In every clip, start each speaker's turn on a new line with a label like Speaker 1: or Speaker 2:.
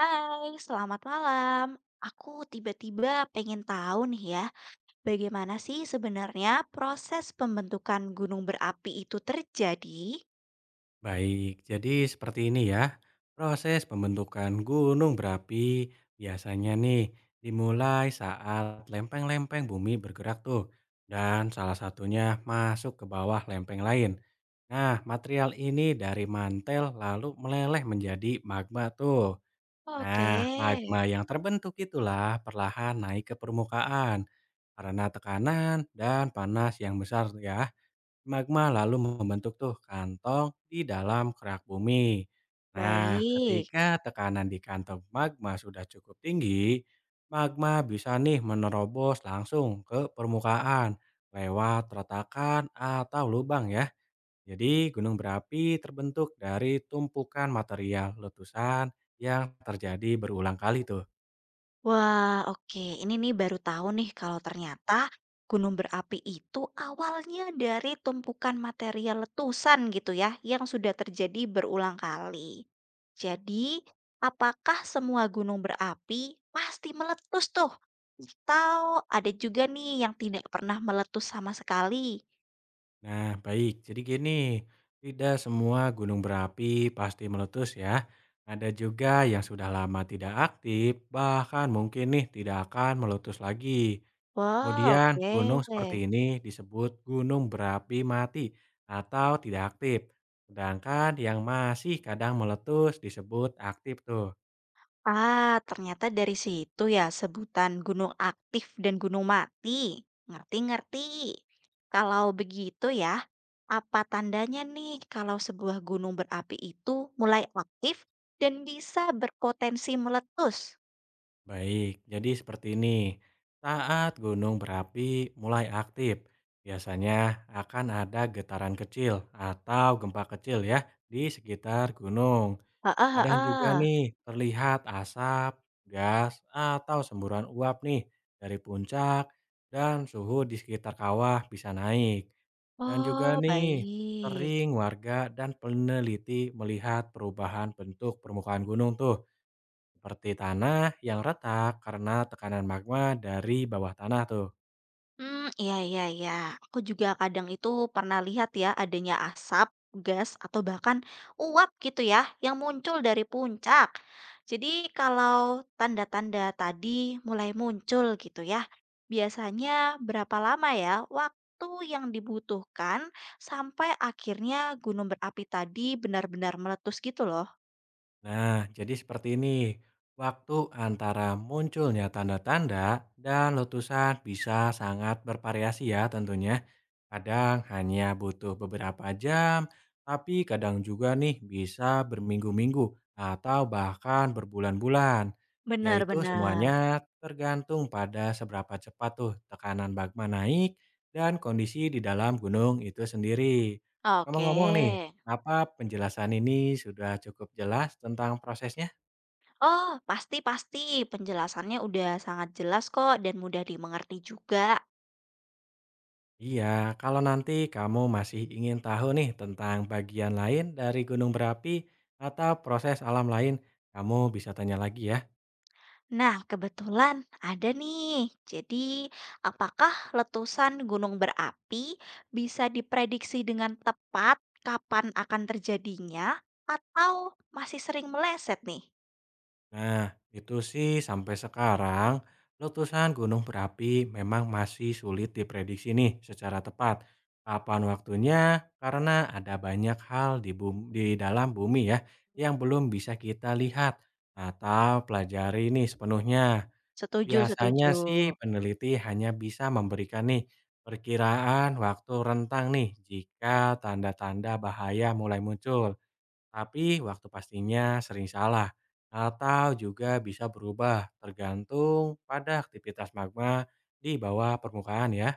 Speaker 1: Hai, selamat malam. Aku tiba-tiba pengen tahu nih ya, bagaimana sih sebenarnya proses pembentukan gunung berapi itu terjadi?
Speaker 2: Baik, jadi seperti ini ya. Proses pembentukan gunung berapi biasanya nih dimulai saat lempeng-lempeng bumi bergerak tuh dan salah satunya masuk ke bawah lempeng lain. Nah, material ini dari mantel lalu meleleh menjadi magma tuh.
Speaker 1: Oke,
Speaker 2: Nah, magma yang terbentuk itulah perlahan naik ke permukaan karena tekanan dan panas yang besar ya. Magma lalu membentuk tuh kantong di dalam kerak bumi. Nah,
Speaker 1: baik.
Speaker 2: ketika tekanan di kantong magma sudah cukup tinggi, magma bisa nih menerobos langsung ke permukaan lewat retakan atau lubang ya. Jadi gunung berapi terbentuk dari tumpukan material letusan yang terjadi berulang kali tuh.
Speaker 1: Wah, oke. Ini nih baru tahu nih kalau ternyata gunung berapi itu awalnya dari tumpukan material letusan gitu ya, yang sudah terjadi berulang kali. Jadi, apakah semua gunung berapi pasti meletus tuh? Atau ada juga nih yang tidak pernah meletus sama sekali?
Speaker 2: Nah, baik. Jadi gini, tidak semua gunung berapi pasti meletus ya. Ada juga yang sudah lama tidak aktif, bahkan mungkin nih tidak akan meletus lagi.
Speaker 1: Wah,
Speaker 2: Kemudian
Speaker 1: oke.
Speaker 2: gunung seperti ini disebut gunung berapi mati atau tidak aktif. Sedangkan yang masih kadang meletus disebut aktif tuh.
Speaker 1: Ah, ternyata dari situ ya sebutan gunung aktif dan gunung mati. Ngerti-ngerti. Kalau begitu ya, apa tandanya nih kalau sebuah gunung berapi itu mulai aktif dan bisa berpotensi meletus?
Speaker 2: Baik, jadi seperti ini. Saat gunung berapi mulai aktif, biasanya akan ada getaran kecil atau gempa kecil ya di sekitar gunung.
Speaker 1: Heeh,
Speaker 2: Kadang juga
Speaker 1: heeh.
Speaker 2: nih terlihat asap, gas, atau semburan uap nih dari puncak dan suhu di sekitar kawah bisa naik. Dan juga
Speaker 1: Oh,
Speaker 2: nih
Speaker 1: baik.
Speaker 2: sering warga dan peneliti melihat perubahan bentuk permukaan gunung tuh seperti tanah yang retak karena tekanan magma dari bawah tanah tuh.
Speaker 1: Hmm, iya iya iya. Aku juga kadang itu pernah lihat ya adanya asap, gas, atau bahkan uap gitu ya yang muncul dari puncak. Jadi kalau tanda-tanda tadi mulai muncul gitu ya, biasanya berapa lama ya waktu yang dibutuhkan sampai akhirnya gunung berapi tadi benar-benar meletus gitu loh?
Speaker 2: Nah, jadi seperti ini. Waktu antara munculnya tanda-tanda dan letusan bisa sangat bervariasi ya tentunya. Kadang hanya butuh beberapa jam, tapi kadang juga nih bisa berminggu-minggu atau bahkan berbulan-bulan.
Speaker 1: Benar
Speaker 2: Yaitu
Speaker 1: benar.
Speaker 2: semuanya tergantung pada seberapa cepat tuh tekanan magma naik dan kondisi di dalam gunung itu sendiri.
Speaker 1: Oke.
Speaker 2: Ngomong-ngomong nih, apa penjelasan ini sudah cukup jelas tentang prosesnya?
Speaker 1: Oh, pasti-pasti. Penjelasannya udah sangat jelas kok dan mudah dimengerti juga.
Speaker 2: Iya, kalau nanti kamu masih ingin tahu nih tentang bagian lain dari gunung berapi atau proses alam lain, kamu bisa tanya lagi ya.
Speaker 1: Nah, kebetulan ada nih. Jadi, apakah letusan gunung berapi bisa diprediksi dengan tepat kapan akan terjadinya atau masih sering meleset nih?
Speaker 2: Nah, itu sih sampai sekarang letusan gunung berapi memang masih sulit diprediksi nih secara tepat. Kapan waktunya? Karena ada banyak hal di di dalam bumi ya yang belum bisa kita lihat atau pelajari nih sepenuhnya.
Speaker 1: Setuju,
Speaker 2: Biasanya
Speaker 1: setuju.
Speaker 2: sih peneliti hanya bisa memberikan nih perkiraan waktu rentang nih jika tanda-tanda bahaya mulai muncul. Tapi waktu pastinya sering salah atau juga bisa berubah tergantung pada aktivitas magma di bawah permukaan ya.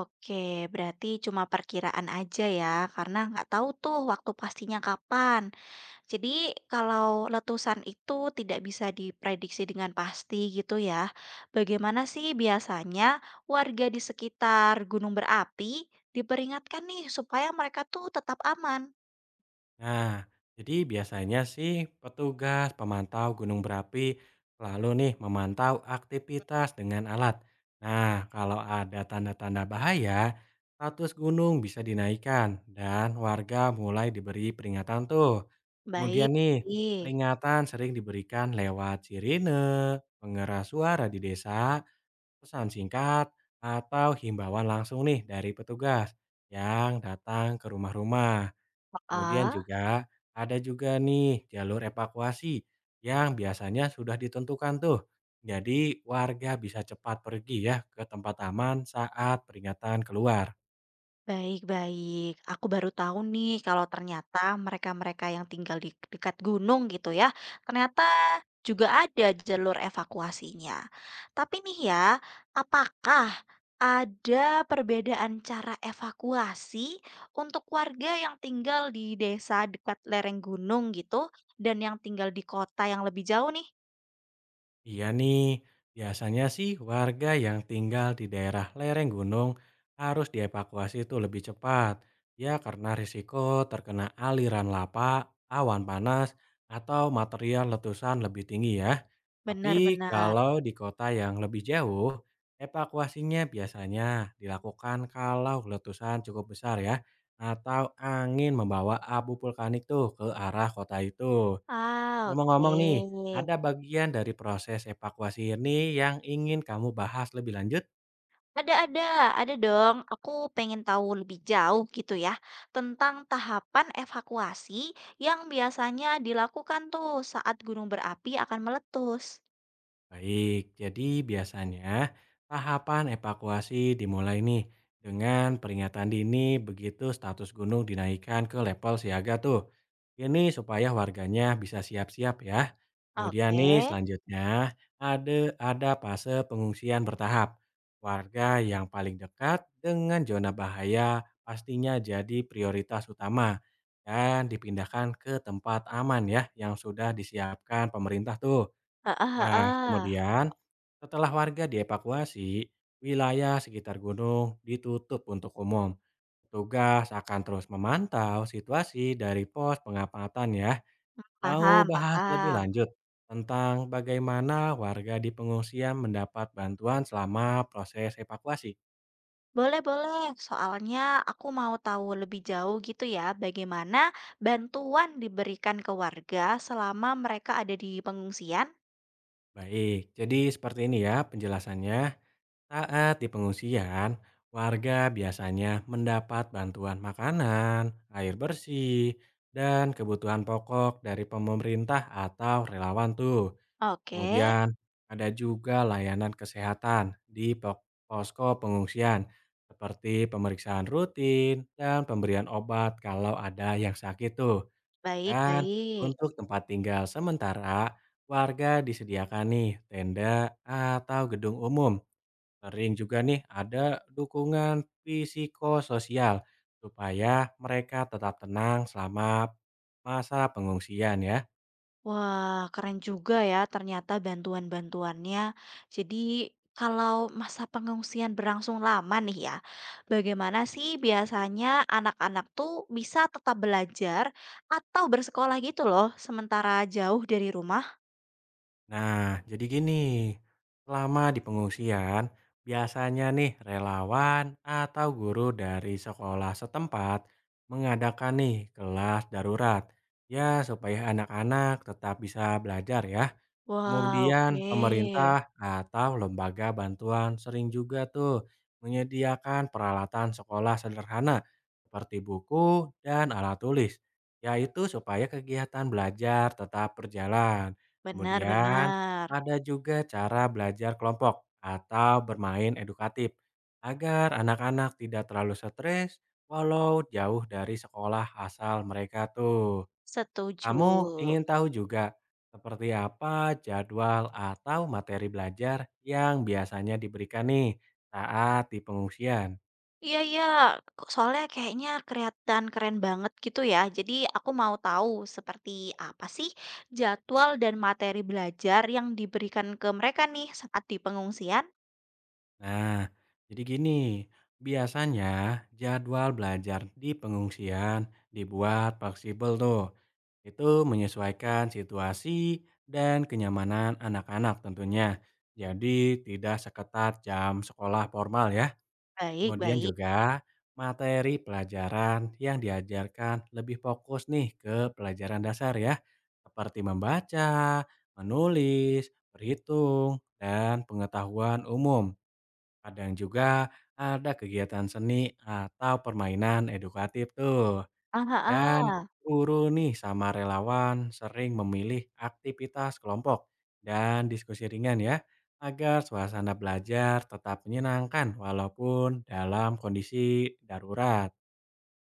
Speaker 1: Oke, berarti cuma perkiraan aja ya, karena nggak tahu tuh waktu pastinya kapan. Jadi kalau letusan itu tidak bisa diprediksi dengan pasti gitu ya. Bagaimana sih biasanya warga di sekitar gunung berapi diperingatkan nih supaya mereka tuh tetap aman?
Speaker 2: Nah, jadi biasanya sih petugas pemantau gunung berapi lalu nih memantau aktivitas dengan alat. Nah, kalau ada tanda-tanda bahaya, status gunung bisa dinaikkan dan warga mulai diberi peringatan tuh. Kemudian
Speaker 1: Baik.
Speaker 2: nih,
Speaker 1: Baik.
Speaker 2: peringatan sering diberikan lewat sirine, pengeras suara di desa, pesan singkat, atau himbauan langsung nih dari petugas yang datang ke rumah-rumah. Kemudian juga ada juga nih jalur evakuasi yang biasanya sudah ditentukan tuh. Jadi warga bisa cepat pergi ya ke tempat aman saat peringatan keluar.
Speaker 1: Baik baik. Aku baru tahu nih kalau ternyata mereka-mereka yang tinggal di dekat gunung gitu ya, ternyata juga ada jalur evakuasinya. Tapi nih ya, apakah ada perbedaan cara evakuasi untuk warga yang tinggal di desa dekat lereng gunung gitu dan yang tinggal di kota yang lebih jauh nih?
Speaker 2: Iya nih, biasanya sih warga yang tinggal di daerah lereng gunung harus dievakuasi itu lebih cepat. Ya karena risiko terkena aliran lapa, awan panas, atau material letusan lebih tinggi ya. Tapi
Speaker 1: Benar-benar.
Speaker 2: kalau di kota yang lebih jauh, evakuasinya biasanya dilakukan kalau letusan cukup besar ya, atau angin membawa abu vulkanik tuh ke arah kota itu.
Speaker 1: Ah,
Speaker 2: Ngomong-ngomong nih, ada
Speaker 1: oke.
Speaker 2: bagian dari proses evakuasi ini yang ingin kamu bahas lebih lanjut?
Speaker 1: Ada ada, ada dong. Aku pengen tahu lebih jauh gitu ya tentang tahapan evakuasi yang biasanya dilakukan tuh saat gunung berapi akan meletus.
Speaker 2: Baik, jadi biasanya tahapan evakuasi dimulai nih dengan peringatan dini begitu status gunung dinaikkan ke level siaga tuh. Ini supaya warganya bisa siap-siap ya. Kemudian nih
Speaker 1: Oke.
Speaker 2: selanjutnya ada fase pengungsian bertahap. Warga yang paling dekat dengan zona bahaya pastinya jadi prioritas utama dan dipindahkan ke tempat aman ya yang sudah disiapkan pemerintah tuh.
Speaker 1: Heeh
Speaker 2: Nah,
Speaker 1: heeh.
Speaker 2: kemudian setelah warga dievakuasi, wilayah sekitar gunung ditutup untuk umum. Petugas akan terus memantau situasi dari pos pengamatan ya. Mau
Speaker 1: Paham,
Speaker 2: bahas lebih
Speaker 1: paham.
Speaker 2: lanjut tentang bagaimana warga di pengungsian mendapat bantuan selama proses evakuasi.
Speaker 1: Boleh, boleh. Soalnya aku mau tahu lebih jauh gitu ya bagaimana bantuan diberikan ke warga selama mereka ada di pengungsian.
Speaker 2: Baik, jadi seperti ini ya penjelasannya. Saat di pengungsian, warga biasanya mendapat bantuan makanan, air bersih, dan kebutuhan pokok dari pemerintah atau relawan tuh.
Speaker 1: Oke.
Speaker 2: Kemudian ada juga layanan kesehatan di posko pengungsian seperti pemeriksaan rutin dan pemberian obat kalau ada yang sakit tuh.
Speaker 1: Baik,
Speaker 2: Dan
Speaker 1: baik.
Speaker 2: untuk tempat tinggal sementara, warga disediakan nih tenda atau gedung umum. Sering juga nih ada dukungan psikososial supaya mereka tetap tenang selama masa pengungsian ya.
Speaker 1: Wah, keren juga ya ternyata bantuan-bantuannya. Jadi kalau masa pengungsian berlangsung lama nih ya, bagaimana sih biasanya anak-anak tuh bisa tetap belajar atau bersekolah gitu loh, sementara jauh dari rumah?
Speaker 2: Nah, jadi gini, selama di pengungsian biasanya nih relawan atau guru dari sekolah setempat mengadakan nih kelas darurat ya supaya anak-anak tetap bisa belajar ya.
Speaker 1: Wah,
Speaker 2: Kemudian
Speaker 1: oke.
Speaker 2: pemerintah atau lembaga bantuan sering juga tuh menyediakan peralatan sekolah sederhana seperti buku dan alat tulis, yaitu supaya kegiatan belajar tetap berjalan. Kemudian
Speaker 1: Benar-benar.
Speaker 2: ada juga cara belajar kelompok atau bermain edukatif agar anak-anak tidak terlalu stres walau jauh dari sekolah asal mereka tuh.
Speaker 1: Setuju.
Speaker 2: Kamu ingin tahu juga seperti apa jadwal atau materi belajar yang biasanya diberikan nih saat di pengungsian.
Speaker 1: Iya iya, soalnya kayaknya kelihatan keren banget gitu ya. Jadi aku mau tahu seperti apa sih jadwal dan materi belajar yang diberikan ke mereka nih saat di pengungsian?
Speaker 2: Nah, jadi gini, biasanya jadwal belajar di pengungsian dibuat fleksibel tuh. Itu menyesuaikan situasi dan kenyamanan anak-anak tentunya. Jadi tidak seketat jam sekolah formal ya.
Speaker 1: Baik,
Speaker 2: Kemudian
Speaker 1: baik.
Speaker 2: juga materi pelajaran yang diajarkan lebih fokus nih ke pelajaran dasar ya, seperti membaca, menulis, berhitung, dan pengetahuan umum. Kadang juga ada kegiatan seni atau permainan edukatif tuh.
Speaker 1: Ah, ah,
Speaker 2: Dan
Speaker 1: ah.
Speaker 2: guru nih sama relawan sering memilih aktivitas kelompok dan diskusi ringan ya, agar suasana belajar tetap menyenangkan walaupun dalam kondisi darurat.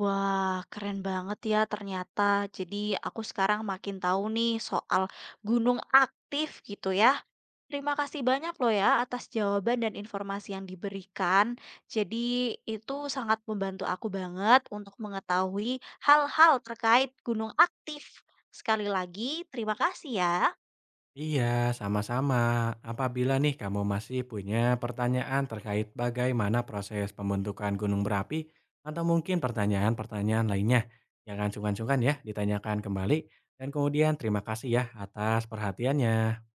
Speaker 1: Wah, keren banget ya ternyata. Jadi aku sekarang makin tahu nih soal gunung aktif gitu ya. Terima kasih banyak loh ya atas jawaban dan informasi yang diberikan. Jadi itu sangat membantu aku banget untuk mengetahui hal-hal terkait gunung aktif. Sekali lagi, terima kasih ya.
Speaker 2: Iya, sama-sama. Apabila nih kamu masih punya pertanyaan terkait bagaimana proses pembentukan gunung berapi atau mungkin pertanyaan-pertanyaan lainnya, jangan sungkan-sungkan ya ditanyakan kembali. Dan kemudian terima kasih ya atas perhatiannya.